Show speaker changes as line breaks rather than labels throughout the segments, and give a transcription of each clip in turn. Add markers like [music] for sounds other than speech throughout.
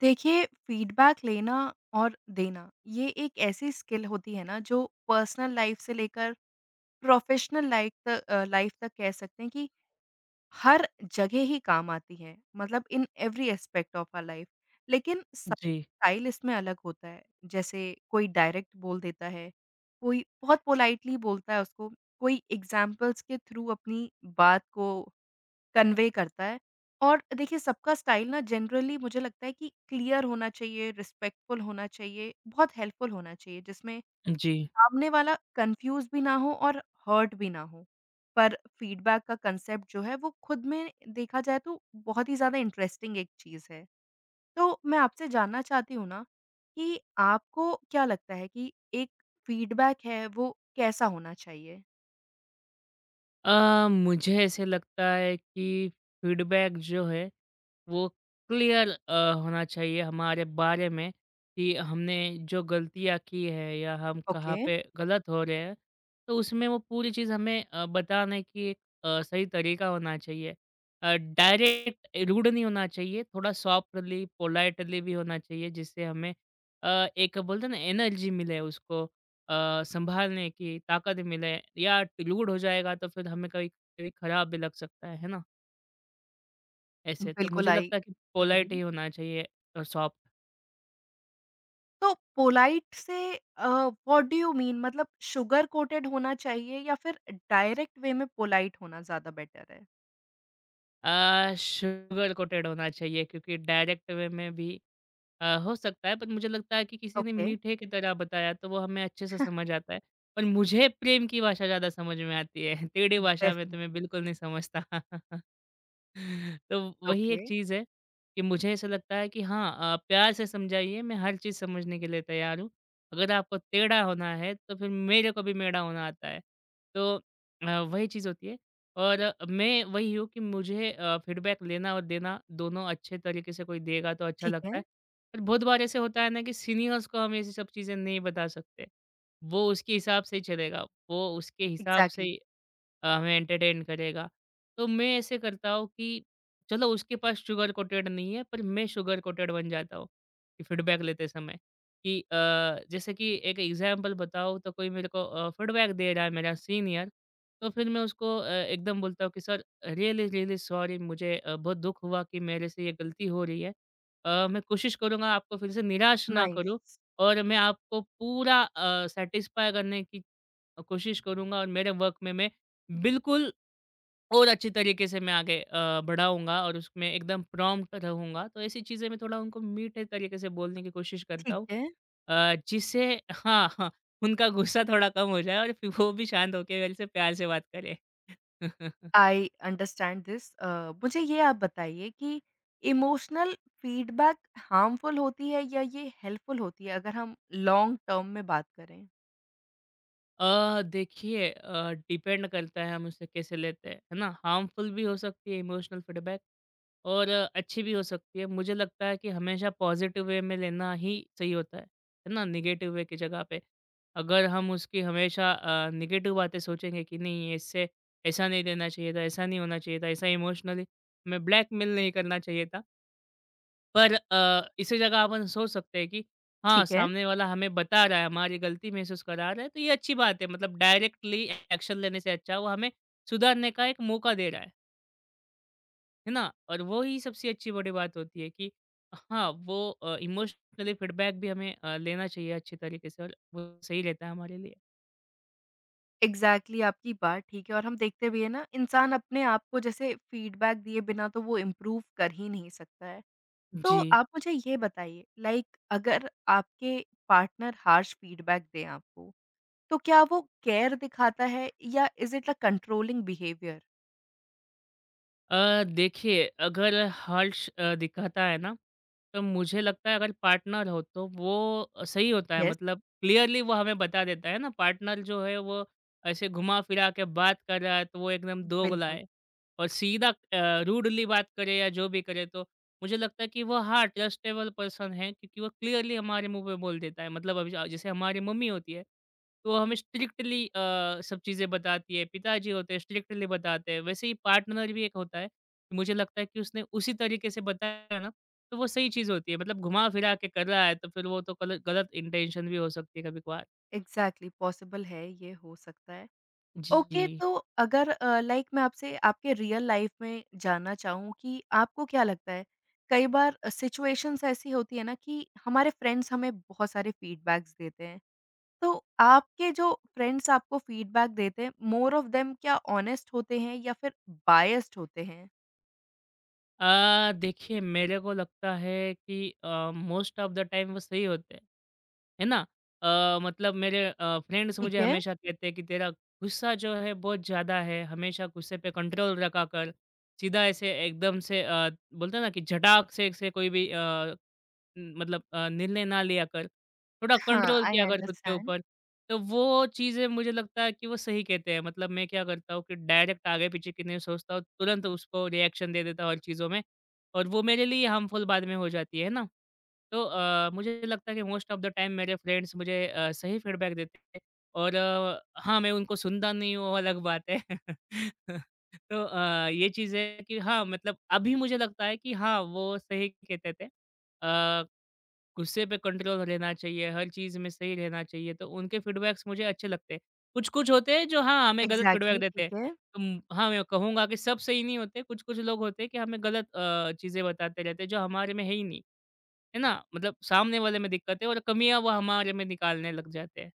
देखिए, फीडबैक लेना और देना, ये एक ऐसी स्किल होती है ना जो पर्सनल लाइफ़ से लेकर प्रोफ़ेशनल लाइफ़ लाइफ़ तक कह सकते हैं कि हर जगह ही काम आती है। मतलब in every aspect of our life. लेकिन सब
जी,
स्टाइल इसमें अलग होता है। जैसे कोई डायरेक्ट बोल देता है, कोई बहुत पोलाइटली बोलता है उसको, कोई एग्ज़ाम्पल्स के थ्रू अपनी बात को कन्वे करता है और देखिए सबका स्टाइल ना जनरली मुझे लगता है कि क्लियर होना चाहिए, रिस्पेक्टफुल होना चाहिए, बहुत हेल्पफुल होना चाहिए जिसमें
जी।
सामने वाला कन्फ्यूज़ भी ना हो और हर्ट भी ना हो। पर फीडबैक का कांसेप्ट जो है वो खुद में देखा जाए तो बहुत ही ज़्यादा इंटरेस्टिंग एक चीज़ है। तो मैं आपसे जानना चाहती हूँ ना कि आपको क्या लगता है कि एक फीडबैक है वो कैसा होना चाहिए?
मुझे ऐसे लगता है कि फीडबैक जो है वो क्लियर होना चाहिए हमारे बारे में कि हमने जो गलतियाँ की है या हम कहाँ
ओके,
पे गलत हो रहे हैं तो उसमें वो पूरी चीज़ हमें बताने की एक सही तरीका होना चाहिए। डायरेक्ट रूड नहीं होना चाहिए थोड़ा सॉफ्टली पोलाइटली भी होना चाहिए जिससे हमें एक बोलते हैं ना एनर्जी मिले उसको संभालने की ताकत मिले या रूड हो जाएगा तो फिर हमें कभी कभी खराब भी लग सकता है ना? ऐसे तो
बिल्कुल
मुझे
आई
लगता है कि पोलाइट
एग्री।
ही होना चाहिए और सॉफ्ट
तो पोलाइट से व्हाट डू यू मीन, मतलब शुगर कोटेड होना चाहिए या फिर डायरेक्ट वे में पोलाइट होना ज़्यादा बेटर है?
शुगर कोटेड होना चाहिए क्योंकि डायरेक्ट वे में भी हो सकता है पर मुझे लगता है कि किसी ने
ओके,
मीठे की तरह बताया तो वो हमें अच्छे से समझ आता है। पर मुझे प्रेम की भाषा ज़्यादा समझ में आती है। [laughs] टेढ़ी भाषा में तो मैं
डेफिनिटली,
बिल्कुल नहीं समझता। [laughs] तो वही एक
ओके,
चीज़ है कि मुझे ऐसा लगता है कि हाँ प्यार से समझाइए, मैं हर चीज़ समझने के लिए तैयार हूँ। अगर आपको टेढ़ा होना है तो फिर मेरे को भी मेढ़ा होना आता है। तो वही चीज़ होती है और मैं वही हूँ कि मुझे फीडबैक लेना और देना दोनों अच्छे तरीके से कोई देगा तो अच्छा
ठीक है,
लगता है। पर बहुत बार ऐसे होता है ना कि सीनियर्स को हम ये सब चीज़ें नहीं बता सकते। वो उसके हिसाब से ही चलेगा, वो उसके हिसाब से
एग्ज़ैक्टली,
ही हमें एंटरटेन करेगा। तो मैं ऐसे करता हूँ कि चलो उसके पास शुगर कोटेड नहीं है, पर मैं शुगर कोटेड बन जाता हूँ, कि फीडबैक लेते समय कि जैसे कि एक एग्ज़ाम्पल बताऊँ तो कोई मेरे को फीडबैक दे रहा है मेरा सीनियर, तो फिर मैं उसको एकदम बोलता हूँ कि सर रियली रियली सॉरी मुझे बहुत दुःख हुआ कि मेरे से ये गलती हो रही है। मैं कोशिश करूँगा आपको फिर से निराश ना करूँ
नाइस,
और मैं आपको पूरा सैटिस्फाई करने की कोशिश करूँगा और मेरे वर्क में मैं बिल्कुल और अच्छे तरीके से मैं आगे बढ़ाऊँगा और उसमें एकदम प्रॉम्प्ट रहूँगा। तो ऐसी चीज़ें मैं थोड़ा उनको मीठे तरीके से बोलने की कोशिश करता
ठीक
हूँ
है।
जिससे हाँ, हाँ, उनका गुस्सा थोड़ा कम हो जाए और फिर वो भी शांत होके मेरे से प्यार से बात करें। [laughs]
I understand this. मुझे ये आप बताइए कि इमोशनल फीडबैक हार्मफुल होती है या ये हेल्पफुल होती है अगर हम लॉन्ग टर्म में बात करें?
देखिए डिपेंड करता है हम उसे कैसे लेते हैं, है ना? हार्मफुल भी हो सकती है इमोशनल फीडबैक। और अच्छी भी हो सकती है। मुझे लगता है कि हमेशा पॉज़िटिव वे में लेना ही सही होता है ना? नेगेटिव वे की जगह पे। अगर हम उसकी हमेशा नेगेटिव बातें सोचेंगे कि नहीं ये इससे ऐसा नहीं देना चाहिए था, ऐसा नहीं होना चाहिए था, ऐसा इमोशनली हमें ब्लैकमेल नहीं करना चाहिए था। पर इसी जगह अपन सोच सकते हैं कि हाँ,
ठीक है।
सामने वाला हमें बता रहा है, हमारी गलती महसूस करा रहा है तो ये अच्छी बात है। मतलब डायरेक्टली एक्शन लेने से अच्छा वो हमें सुधारने का एक मौका दे रहा है। है ना? और वो ही सबसे अच्छी बड़ी बात होती है कि हाँ, वो इमोशनली फीडबैक भी हमें लेना चाहिए अच्छे तरीके से और वो सही रहता है हमारे लिए।
एग्ज़ैक्टली, आपकी बात ठीक है और हम देखते भी हैं ना, इंसान अपने आप को जैसे फीडबैक दिए बिना तो वो इम्प्रूव कर ही नहीं सकता है। तो
जी।
आप मुझे ये बताइए, लाइक अगर आपके पार्टनर हार्श फीडबैक दें आपको, तो क्या वो केयर दिखाता है या is it a controlling behaviour?
देखिए अगर हर्ष दिखाता है ना, तो मुझे लगता है अगर पार्टनर हो तो वो सही होता है
यस,
मतलब क्लियरली वो हमें बता देता है ना, पार्टनर जो है वो ऐसे घुमा-फिरा के बात कर रहा है तो वो एकदम दोगला
बिल्कुल।
है और सीधा रूडली बात करे या जो भी करे तो मुझे लगता है कि वो हाँ ट्रस्टेबल पर्सन है क्योंकि वो क्लियरली हमारे मुंह पे बोल देता है मतलब अभी जैसे हमारी मम्मी होती है तो वो हमें स्ट्रिक्टली सब चीज़ें बताती है पिताजी होते हैं स्ट्रिक्टली बताते हैं वैसे ही पार्टनर भी एक होता है कि मुझे लगता है कि उसने उसी तरीके से बताया ना तो वो सही चीज़ होती है मतलब घुमा फिरा के कर रहा है तो फिर वो तो गलत गलत इंटेंशन भी हो सकती है कभी कभार।
एग्ज़ैक्टली पॉसिबल है, ये हो सकता है। ओके,
जी।
तो अगर लाइक मैं आपसे आपके रियल लाइफ में जानना चाहूँ कि आपको क्या लगता है, कई बार सिचुएशंस ऐसी होती है ना कि हमारे फ्रेंड्स हमें बहुत सारे फीडबैक्स देते हैं, तो आपके जो फ्रेंड्स आपको फीडबैक देते हैं मोर ऑफ देम क्या ऑनेस्ट होते हैं या फिर बायस्ड होते हैं?
देखिए मेरे को लगता है कि मोस्ट ऑफ द टाइम वो सही होते हैं, है ना? मतलब मेरे फ्रेंड्स
ठीक
मुझे
है।
हमेशा कहते हैं कि तेरा गुस्सा जो है बहुत ज़्यादा है, हमेशा गुस्से पे कंट्रोल रखा कर। सीधा ऐसे एकदम से बोलते हैं ना कि झटाक से कोई भी मतलब निर्णय ना लिया कर, थोड़ा
हाँ,
कंट्रोल
आई
किया कर खुद के
अंडरस्टैंड।
ऊपर। तो वो चीज़ें मुझे लगता है कि वो सही कहते हैं। मतलब मैं क्या करता हूँ कि डायरेक्ट आगे-पीछे की नहीं सोचता हूँ, तुरंत उसको रिएक्शन दे देता हूँ हर चीज़ों में और वो मेरे लिए हार्मफुल बाद में हो जाती है ना? तो मुझे लगता है कि मोस्ट ऑफ द टाइम मेरे फ्रेंड्स मुझे सही फीडबैक देते हैं और हाँ, मैं उनको सुनता नहीं हूँ, वो अलग बात है। [laughs] तो ये चीज़ है कि हाँ, मतलब अभी मुझे लगता है कि हाँ, वो सही कहते थे। अ गुस्से पे कंट्रोल रहना चाहिए, हर चीज़ में सही रहना चाहिए, तो उनके फीडबैक्स मुझे अच्छे लगते हैं। कुछ-कुछ होते हैं जो हाँ, हमें गलत फीडबैक
एग्जैक्टली,
देते
ठीक
हैं।
है।
हाँ, मैं कहूँगा कि सब सही नहीं होते, कुछ-कुछ लोग होते हैं कि हमें गलत चीज़ें बताते रहते हैं जो हमारे में है ही नहीं, है ना? मतलब सामने वाले में दिक्कत है और कमियाँ वो हमारे में निकालने लग जाते हैं,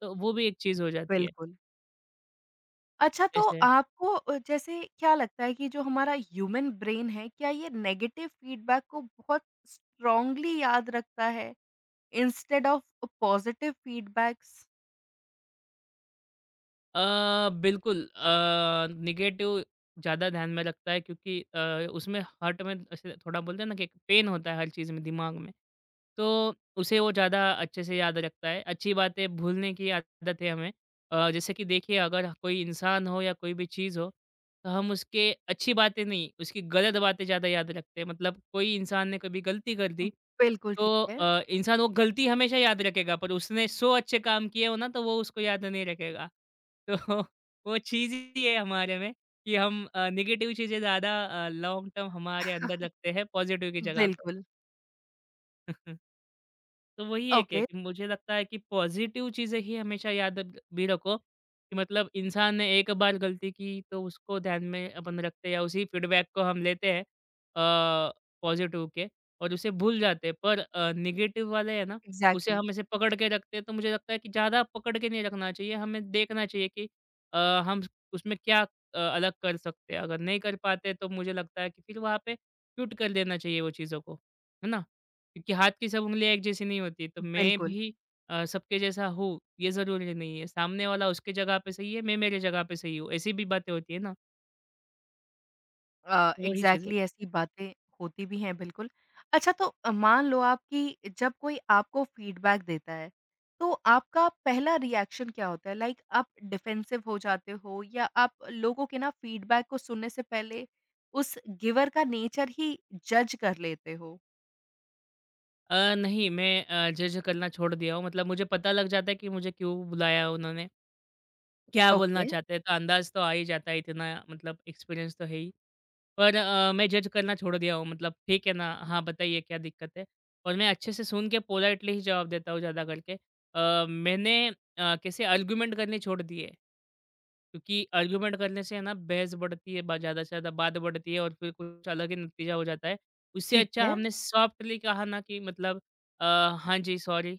तो वो भी एक चीज़ हो जाती है।
बिल्कुल। अच्छा, तो
ऐसे
आपको जैसे क्या लगता है कि जो हमारा ह्यूमन ब्रेन है, क्या ये नेगेटिव फीडबैक को बहुत स्ट्रांगली याद रखता है इंस्टेड ऑफ पॉजिटिव फीडबैक्स?
बिल्कुल नेगेटिव ज़्यादा ध्यान में रखता है क्योंकि उसमें हर्ट में ऐसे थोड़ा बोलते हैं ना कि एक पेन होता है हर चीज़ में, दिमाग में। तो उसे वो ज़्यादा अच्छे से याद रखता है। अच्छी बात है भूलने की आदत है हमें। जैसे कि देखिए अगर कोई इंसान हो या कोई भी चीज़ हो, तो हम उसके अच्छी बातें नहीं, उसकी गलत बातें ज़्यादा याद रखते हैं। मतलब कोई इंसान ने कभी गलती कर दी,
बिल्कुल ठीक
तो
है।
इंसान वो गलती हमेशा याद रखेगा पर उसने 100 अच्छे काम किए हो ना तो वो उसको याद नहीं रखेगा। [laughs] तो वो चीज़ ही है हमारे में कि हम नेगेटिव चीज़ें ज़्यादा लॉन्ग टर्म हमारे अंदर रखते हैं पॉज़िटिव की जगह पे।
बिल्कुल।
[laughs] तो वही एक है
ओके,
कि मुझे लगता है कि पॉजिटिव चीज़ें ही हमेशा याद अब भी रखो कि मतलब इंसान ने एक बार गलती की तो उसको ध्यान में अपन रखते हैं या उसी फीडबैक को हम लेते हैं पॉजिटिव के और उसे भूल जाते हैं पर निगेटिव वाले है ना उसे
एग्ज़ैक्टली,
हम ऐसे पकड़ के रखते हैं तो मुझे लगता है कि ज़्यादा पकड़ के नहीं रखना चाहिए हमें देखना चाहिए कि अ, हम उसमें क्या अलग कर सकते हैं अगर नहीं कर पाते तो मुझे लगता है कि फिर वहाँ पे क्यूट कर देना चाहिए वो चीज़ों को है ना क्योंकि हाथ की सब उंगलियाँ एक जैसी नहीं होती। तो मैं
बिल्कुल।
भी सबके जैसा हूँ, ये ज़रूरी नहीं है। सामने वाला उसके जगह पे सही है, मैं मेरे जगह पे सही हूँ। ऐसी भी बातें होती है ना, वही चीज़ है।
एग्ज़ैक्टली ऐसी बातें होती भी हैं, बिल्कुल। अच्छा, तो मान लो आप कि जब कोई आपको फ़ीडबैक देता है, तो आपका पहला रिएक्शन क्या होता है? लाइक आप डिफेंसिव हो जाते हो या आप लोगों के ना फ़ीडबैक को सुनने से पहले उस गिवर का नेचर ही जज कर लेते हो?
नहीं मैं जज करना छोड़ दिया हूँ। मतलब मुझे पता लग जाता है कि मुझे क्यों बुलाया उन्होंने, क्या बोलना
ओके,
चाहते हैं। तो अंदाज़ तो आ ही जाता है इतना मतलब एक्सपीरियंस तो है ही। पर मैं जज करना छोड़ दिया हूँ। मतलब ठीक है ना, हाँ बताइए क्या दिक्कत है? और मैं अच्छे से सुन के पोलाइटली ही जवाब देता हूँ ज़्यादा करके। मैंने कैसे आर्गुमेंट करने छोड़ दिए। क्योंकि आर्ग्युमेंट करने से है ना बहस बढ़ती है ज़्यादा से ज़्यादा बात बढ़ती है और फिर कुछ अलग ही नतीजा हो जाता है उससे
ठीक
अच्छा
है,
हमने सॉफ्टली कहा ना कि मतलब अ, हाँ जी सॉरी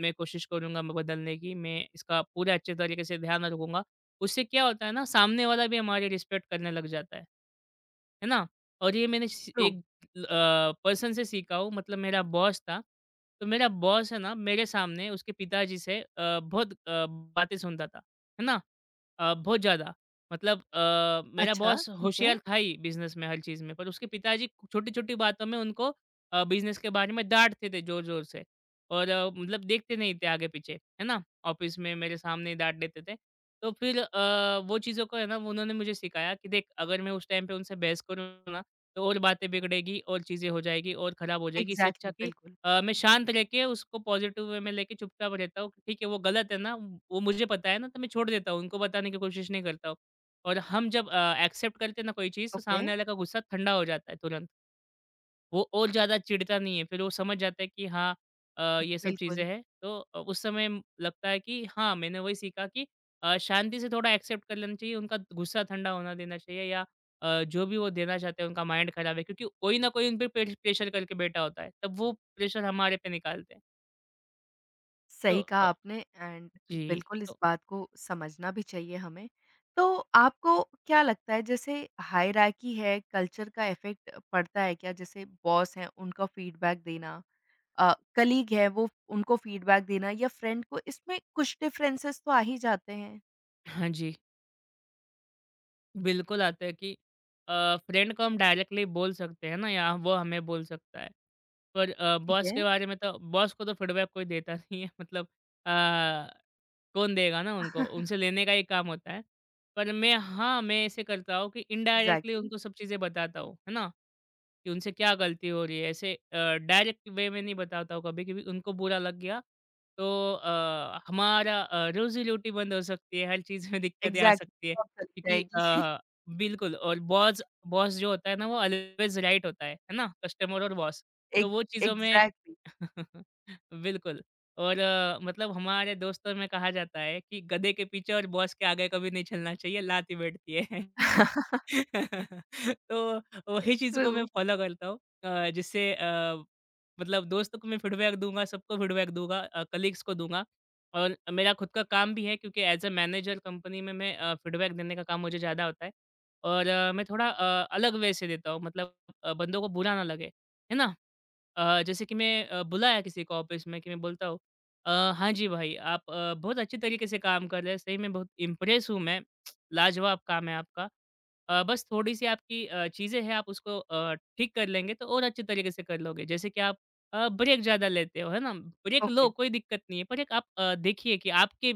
मैं कोशिश करूंगा मैं बदलने की मैं इसका पूरा अच्छे तरीके से ध्यान रखूंगा उससे क्या होता है ना सामने वाला भी हमारी रिस्पेक्ट करने लग जाता है ना और ये मैंने
ट्रू।
एक पर्सन से सीखा हूँ मतलब मेरा बॉस था तो मेरा बॉस है ना मेरे सामने उसके पिताजी से बहुत बातें सुनता था है ना बहुत ज़्यादा मतलब मेरा
अच्छा,
बॉस
ठीक है।
होशियार था ही बिज़नेस में, हर चीज़ में, पर उसके पिताजी छोटी-छोटी बातों में उनको बिज़नेस के बारे में डाँटते थे ज़ोर-ज़ोर से और मतलब देखते नहीं थे आगे-पीछे, है ना? ऑफ़िस में मेरे सामने ही डाँट देते थे। तो फिर वो चीज़ों को है ना वो उन्होंने मुझे सिखाया कि देख अगर मैं उस टाइम पे उनसे बहस करूँ ना, तो और बातें बिगड़ेगी और चीज़ें हो जाएगी और ख़राब हो जाएगी। इससे अच्छा
एग्ज़ैक्टली,
कि
बिल्कुल।
मैं शांत रह के उसको पॉज़िटिव वे में लेके चुपचाप रहता हूँ कि ठीक है वो गलत है ना, वो मुझे पता है ना तो मैं छोड़ देता हूँ, उनको बताने की कोशिश नहीं करता हूँ। और हम जब एक्सेप्ट करते हैं ना कोई चीज़ तो
ओके,
सामने वाले का गुस्सा ठंडा हो जाता है तुरंत। वो और ज़्यादा चिढ़ता नहीं है, फिर वो समझ जाता है कि हाँ ये सब चीज़ें
बिल्कुल।
हैं। तो उस समय म लगता है कि हाँ, मैंने वही सीखा कि शांति से थोड़ा एक्सेप्ट कर लेना चाहिए, उनका गुस्सा ठंडा होना देना चाहिए या जो भी वो देना चाहते हैं, उनका माइंड ख़राब है क्योंकि कोई ना कोई उन पे पेश प्रेशर करके बैठा होता है, तब वो प्रेशर हमारे पे निकालते हैं। तो
सही कहा आपने। एंड
जी,
बिल्कुल इस
तो
बात को समझना भी चाहिए हमें। तो आपको क्या लगता है, जैसे हायरार्की है, कल्चर का इफ़ेक्ट पड़ता है क्या? जैसे बॉस हैं उनका फीडबैक देना, कलीग है वो उनको फीडबैक देना या फ्रेंड को, इसमें कुछ डिफरेंसेस तो आ ही जाते हैं।
हाँ जी। बिल्कुल आता है कि फ्रेंड को हम डायरेक्टली बोल सकते हैं ना या वो हमें बोल सकता है। पर
ठीक
बॉस
है।
के बारे में तो बॉस को तो फीडबैक कोई देता नहीं है [laughs] मतलब अ कौन देगा ना उनको? उनसे लेने का ही काम होता है। पर मैं हाँ, मैं ऐसे करता हूँ कि इनडायरेक्टली
एग्ज़ैक्टली,
उनको सब चीज़ें बताता हूँ, है ना? कि उनसे क्या गलती हो रही है। ऐसे डायरेक्ट वे में नहीं बताता हूँ कभी-कभी उनको बुरा लग गया तो हमारा रोज़ी-रोटी बंद हो सकती है, हर चीज़ में दिक्कतें आ
एग्ज़ैक्टली,
सकती है।
जॉब चली
क्योंकि
जाएगी। [laughs]
बिल्कुल और बॉस बॉस जो होता है ना वो ऑलवेज़ राइट होता है ना? कस्टमर और बॉस। तो
एग
वो चीज़ों में
एग्ज़ैक्टली।
[laughs] बिल्कुल और मतलब हमारे दोस्तों में कहा जाता है कि गधे के पीछे और बॉस के आगे कभी नहीं चलना चाहिए, लात ही बैठती है।
[laughs]
[laughs] तो वही चीज़
ट्रू।
को मैं फॉलो करता हूँ जिससे मतलब दोस्तों को मैं फीडबैक दूँगा, सबको फीडबैक दूँगा कलीग्स को दूँगा और मेरा खुद का काम भी है क्योंकि एज़ अ मैनेजर कंपनी में मैं फीडबैक देने का काम मुझे ज़्यादा होता है और मैं थोड़ा अलग वे से देता हूँ मतलब बंदों को बुरा ना लगे, है ना? जैसे कि मैं बुलाया किसी को ऑफिस में कि मैं बोलता हूँ हाँ जी भाई आप बहुत अच्छे तरीके से काम कर रहे हैं सही में बहुत इम्प्रेस हूँ मैं। लाजवाब काम है आपका। बस थोड़ी सी आपकी चीज़ें हैं आप उसको ठीक कर लेंगे तो और अच्छे तरीके से कर लोगे जैसे कि आप ब्रेक ज़्यादा लेते हो है ना, ब्रेक लो
ओके।
कोई दिक्कत नहीं है पर एक आप देखिए कि आपके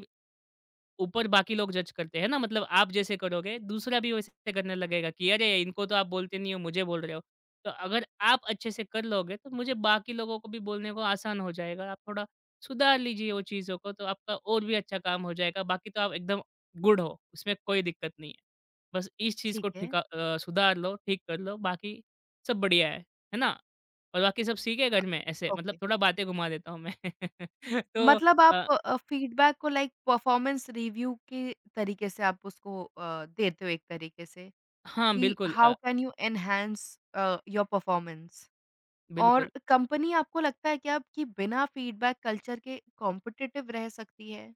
ऊपर बाकी लोग जज करते हैं ना, मतलब आप जैसे करोगे दूसरा भी वैसे करने लगेगा कि अरे इनको तो आप बोलते नहीं हो मुझे बोल रहे हो। तो अगर आप अच्छे से कर लोगे तो मुझे बाकी लोगों को भी बोलने को आसान हो जाएगा। आप थोड़ा सुधार लीजिए वो चीज़ों को तो आपका और भी अच्छा काम हो जाएगा, बाकी तो आप एकदम गुड हो उसमें कोई दिक्कत नहीं है। बस इस चीज़
ठीक
को
है।
ठिका सुधार लो ठीक कर लो बाकी सब बढ़िया है ना। और बाकी सब सीख है
अ,
घर में ऐसे, मतलब
ओके।
थोड़ा बातें घुमा देता हूँ मैं। [laughs] तो
मतलब आप
अ,
फीडबैक को लाइक परफॉर्मेंस रिव्यू के तरीके से आप उसको देते हो, एक तरीके से
हाँ
कि
बिल्कुल।
How can you enhance your performance. और
बिल्कुल।
कंपनी, आपको लगता है क्या कि बिना फीडबैक कल्चर के कॉम्पिटिटिव रह सकती है?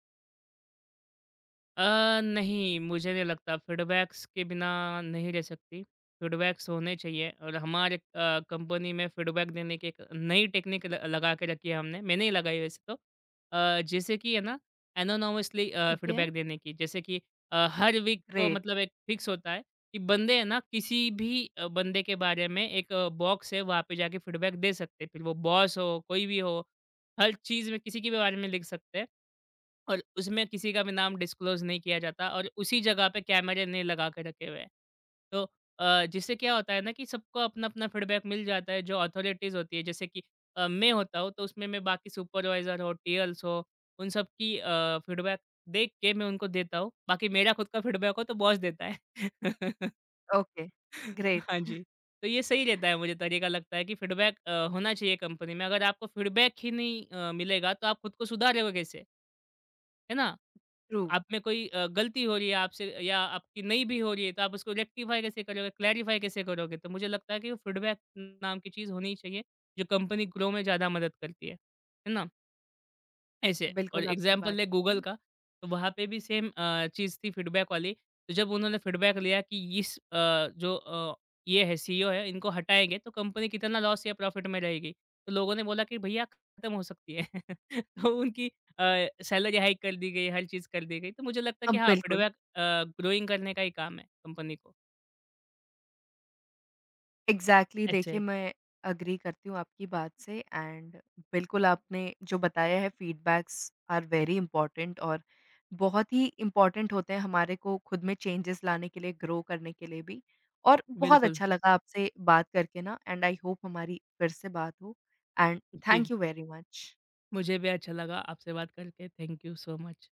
नहीं, मुझे नहीं लगता फीडबैक्स के बिना नहीं रह सकती। फीडबैक्स होने चाहिए और हमारे कंपनी में फीडबैक देने की एक नई टेक्निक ल लगा के रखी है हमने। मैंने ही लगाई वैसे तो। जैसे कि है ना एनोनिमसली
ठीक है।
फीडबैक देने की। जैसे कि हर वीक को
ग्रेट,
मतलब एक फिक्स होता है कि बंदे है ना किसी भी बंदे के बारे में एक बॉक्स है वहाँ पे जाके फीडबैक दे सकते हैं। फिर वो बॉस हो, कोई भी हो, हर चीज़ में किसी के भी बारे में लिख सकते हैं। और उसमें किसी का भी नाम डिस्क्लोज़ नहीं किया जाता और उसी जगह पे कैमरे ने लगा के रखे हुए हैं। तो जिससे क्या होता है ना कि सबको अपना-अपना फीडबैक मिल जाता है, जो अथॉरिटीज़ होती है जैसे कि मैं होता हूँ तो उसमें मैं बाकी सुपरवाइज़र हो, टीएल्स हो, उन सब की फीडबैक देख के मैं उनको देता हूँ। बाकी मेरा खुद का फीडबैक हो तो बॉस देता है। [laughs]
ओके, ग्रेट,
हाँ जी, तो ये सही रहता है, मुझे तरीका लगता है कि फीडबैक होना चाहिए कंपनी में। अगर आपको फीडबैक ही नहीं मिलेगा तो आप खुद को सुधारोगे कैसे? है ना?
ट्रू,
आप में कोई गलती हो रही है आपसे या आपकी नहीं भी हो रही है, तो आप उसको रेक्टिफ़ाई कैसे करोगे, क्लैरिफ़ाई कैसे करोगे? तो मुझे लगता है कि वो फीडबैक नाम की चीज़ होनी ही चाहिए, जो कंपनी ग्रो में ज़्यादा मदद करती है। है ना? ऐसे और
बिल्कुल आपकी
एग्जाम्पल
बात
ले
ठीक
गूगल
है।
का, तो वहाँ पे भी सेम चीज़ थी फीडबैक वाली। तो जब उन्होंने फीडबैक लिया कि इस जो ये है सीईओ है इनको हटाएँगे तो कंपनी कितना लॉस या प्रॉफ़िट में रहेगी? तो लोगों ने बोला कि भैया खत्म हो सकती है। [laughs] तो उनकी सैलरी हाइक कर दी गई, हर चीज़ कर दी गई। तो मुझे लगता है कि हाँ,
बिल्कुल।
फीडबैक ग्रोइंग करने का ही काम है कंपनी को।
एग्ज़ैक्टली exactly, देखिए
ऐसे
मैं अग्री करती हूँ आपकी बात से। एंड बिल्कुल आपने जो बताया है, फीडबैक्स आर वेरी इंपॉर्टेंट और बहुत ही इम्पॉर्टेंट होते हैं हमारे को खुद में चेंजेस लाने के लिए, ग्रो करने के लिए भी। और बहुत
बिल्कुल।
अच्छा लगा आपसे बात करके ना। एंड आई होप हमारी फिर से बात हो। एंड
जी,
थैंक यू वेरी मच।
मुझे भी अच्छा लगा आपसे बात करके। Thank you so much.